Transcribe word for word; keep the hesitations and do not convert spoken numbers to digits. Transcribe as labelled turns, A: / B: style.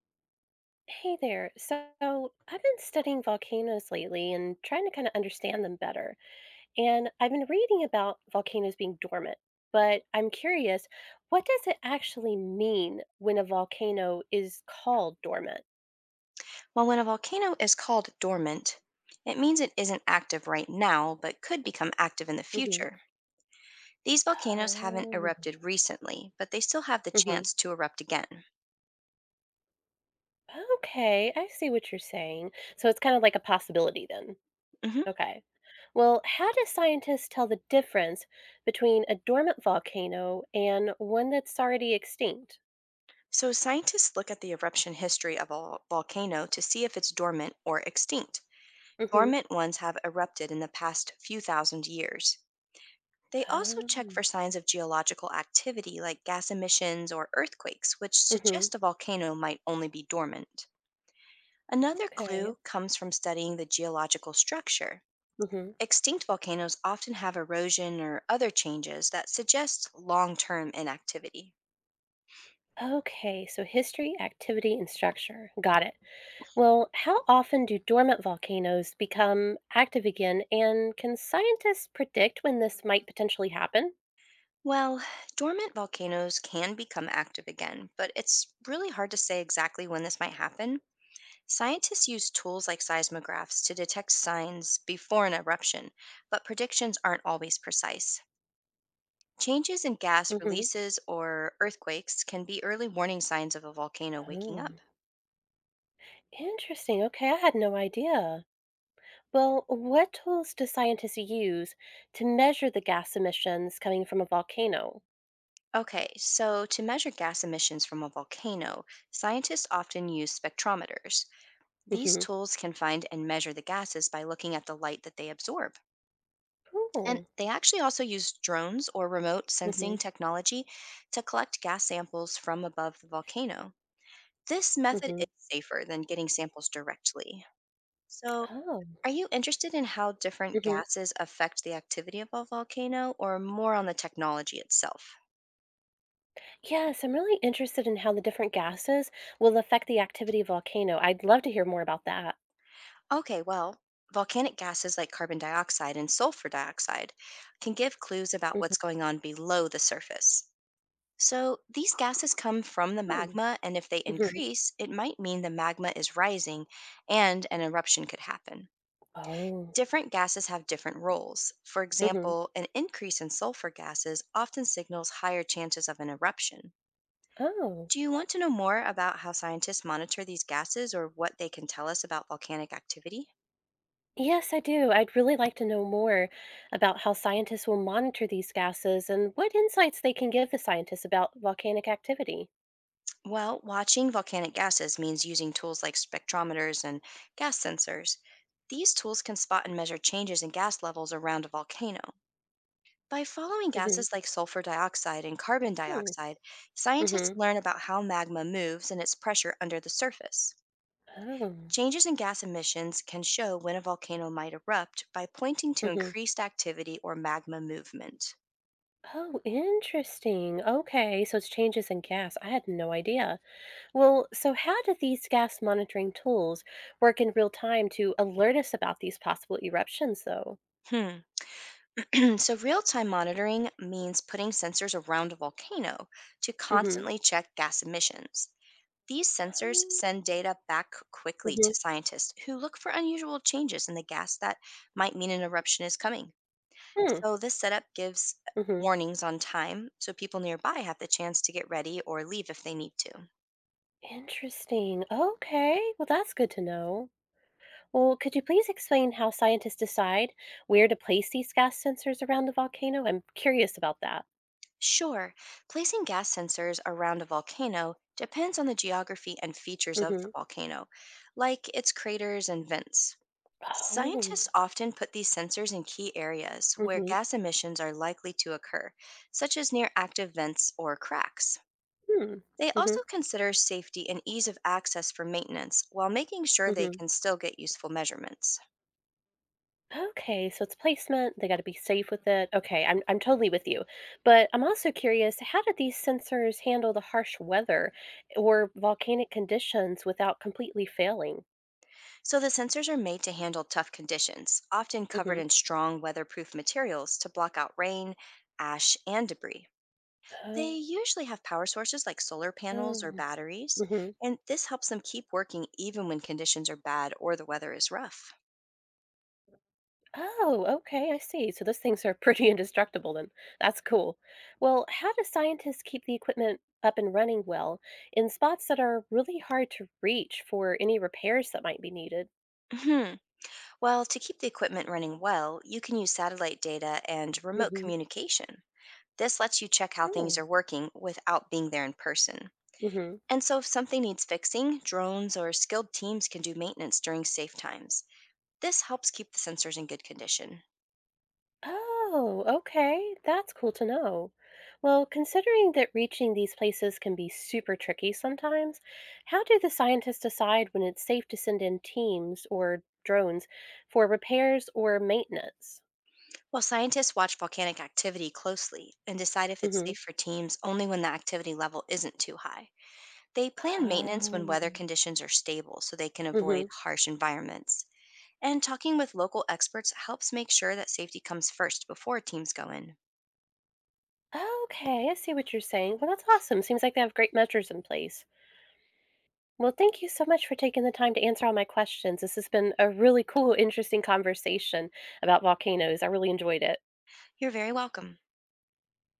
A: Hey there. So I've been studying volcanoes lately and trying to kind of understand them better. And I've been reading about volcanoes being dormant, but I'm curious, what does it actually mean when a volcano is called dormant?
B: Well, when a volcano is called dormant, it means it isn't active right now, but could become active in the
A: Hmm.
B: future. These volcanoes haven't
A: Oh.
B: erupted recently, but they still have the
A: Hmm.
B: chance to erupt again.
A: Okay, I see what you're saying. So it's kind of like a possibility then.
B: Mhm.
A: Okay. Well, how do scientists tell the difference between a dormant volcano and one that's already extinct?
B: So, scientists look at the eruption history of a vol- volcano to see if it's dormant or extinct.
A: Hmm.
B: Dormant ones have erupted in the past few thousand years. They also check
A: Oh.
B: for signs of geological activity like gas emissions or earthquakes, which
A: Mhm.
B: suggest a volcano might only be dormant. Another
A: Okay.
B: clue comes from studying the geological structure.
A: Mhm.
B: Extinct volcanoes often have erosion or other changes that suggest long term inactivity.
A: Okay, so history, activity, and structure. Got it. Well, how often do dormant volcanoes become active again, and can scientists predict when this might potentially happen?
B: Well, dormant volcanoes can become active again, but it's really hard to say exactly when this might happen. Scientists use tools like seismographs to detect signs before an eruption, but predictions aren't always precise. Changes in gas
A: Hmm.
B: releases or earthquakes can be early warning signs of a volcano waking
A: Oh,
B: up.
A: interesting. Okay, I had no idea. Well, what tools do scientists use to measure the gas emissions coming from a volcano?
B: Okay, so to measure gas emissions from a volcano, scientists often use spectrometers. These
A: Hmm.
B: tools can find and measure the gases by looking at the light that they absorb. And
A: Oh.
B: they actually also use drones or remote
A: Hmm.
B: sensing technology to collect gas samples from above the volcano. This method
A: Hmm.
B: is safer than getting samples directly. So,
A: Oh.
B: are you interested in how different
A: Hmm.
B: gases affect the activity of a volcano or more on the technology itself?
A: Yes, I'm really interested in how the different gases will affect the activity of volcano. I'd love to hear more about that.
B: Okay, well, volcanic gases like carbon dioxide and sulfur dioxide can give clues about
A: Mm-hmm.
B: what's going on below the surface. So, these gases come from the
A: Hmm.
B: magma, and if they increase, it might mean the magma is rising and an eruption could happen.
A: Oh.
B: Different gases have different roles. For
A: Hmm.
B: example, an increase in sulfur gases often signals higher chances of an eruption.
A: Oh.
B: Do you want to know more about how scientists monitor these gases or what they can tell us about volcanic activity?
A: Yes, I do. I'd really like to know more about how scientists will monitor these gases and what insights they can give the scientists about volcanic activity.
B: Well, watching volcanic gases means using tools like spectrometers and gas sensors. These tools can spot and measure changes in gas levels around a volcano. By following
A: Mm-hmm.
B: gases like sulfur dioxide and carbon
A: Hmm.
B: dioxide, scientists
A: Mm-hmm.
B: learn about how magma moves and its pressure under the surface.
A: Oh,
B: Changes in gas emissions can show when a volcano might erupt by pointing to
A: mhm.
B: increased activity or magma movement.
A: Oh, interesting. Okay, so it's changes in gas. I had no idea. Well, so how do these gas monitoring tools work in real time to alert us about these possible eruptions, though?
B: Hmm. So, real time monitoring means putting sensors around a volcano to
A: Mm-hmm.
B: constantly check gas emissions. These sensors send data back quickly to
A: Mm-hmm.
B: scientists who look for unusual changes in the gas that might mean an eruption is coming.
A: Mm,
B: So, this setup gives
A: hmm, mm-hmm.
B: warnings on time so people nearby have the chance to get ready or leave if they need to.
A: Interesting. Okay. Well, that's good to know. Well, could you please explain how scientists decide where to place these gas sensors around the volcano? I'm curious about that.
B: Sure, placing gas sensors around a volcano depends on the geography and features of the
A: Mm-hmm.
B: volcano, like its craters and vents.
A: Oh.
B: Scientists often put these sensors in key areas where
A: Mm-hmm.
B: gas emissions are likely to occur, such as near active vents or cracks.
A: Hmm.
B: They
A: Mm-hmm.
B: also consider safety and ease of access for maintenance while making sure they
A: Mm-hmm.
B: can still get useful measurements.
A: Okay, so it's placement, they gotta be safe with it. Okay, I'm I'm totally with you. But I'm also curious, how did these sensors handle the harsh weather or volcanic conditions without completely failing?
B: So the sensors are made to handle tough conditions, often covered
A: Hmm.
B: in strong weatherproof materials to block out rain, ash, and debris. They
A: Oh.
B: usually have power sources like solar panels or batteries,
A: Hmm.
B: and this helps them keep working even when conditions are bad or the weather is rough.
A: Oh, okay, I see. So those things are pretty indestructible then. That's cool. Well, how do scientists keep the equipment up and running well in spots that are really hard to reach for any repairs that might be needed?
B: Mhm. Well, to keep the equipment running well, you can use satellite data and remote
A: Mm-hmm.
B: communication. This lets you check how things are working without being there in person.
A: Mm-hmm.
B: And so, if something needs fixing, drones or skilled teams can do maintenance during safe times. This helps keep the sensors in good condition.
A: Oh, okay. That's cool to know. Well, considering that reaching these places can be super tricky sometimes, how do the scientists decide when it's safe to send in teams or drones for repairs or maintenance?
B: Well, scientists watch volcanic activity closely and decide if it's
A: Hmm.
B: safe for teams only when the activity level isn't too high. They plan maintenance when weather
A: Oh.
B: conditions are stable so they can
A: Hmm.
B: avoid harsh environments. And talking with local experts helps make sure that safety comes first before teams go in.
A: Okay, I see what you're saying. Well, that's awesome. Seems like they have great measures in place. Well, thank you so much for taking the time to answer all my questions. This has been a really cool, interesting conversation about volcanoes. I really enjoyed it.
B: You're very welcome.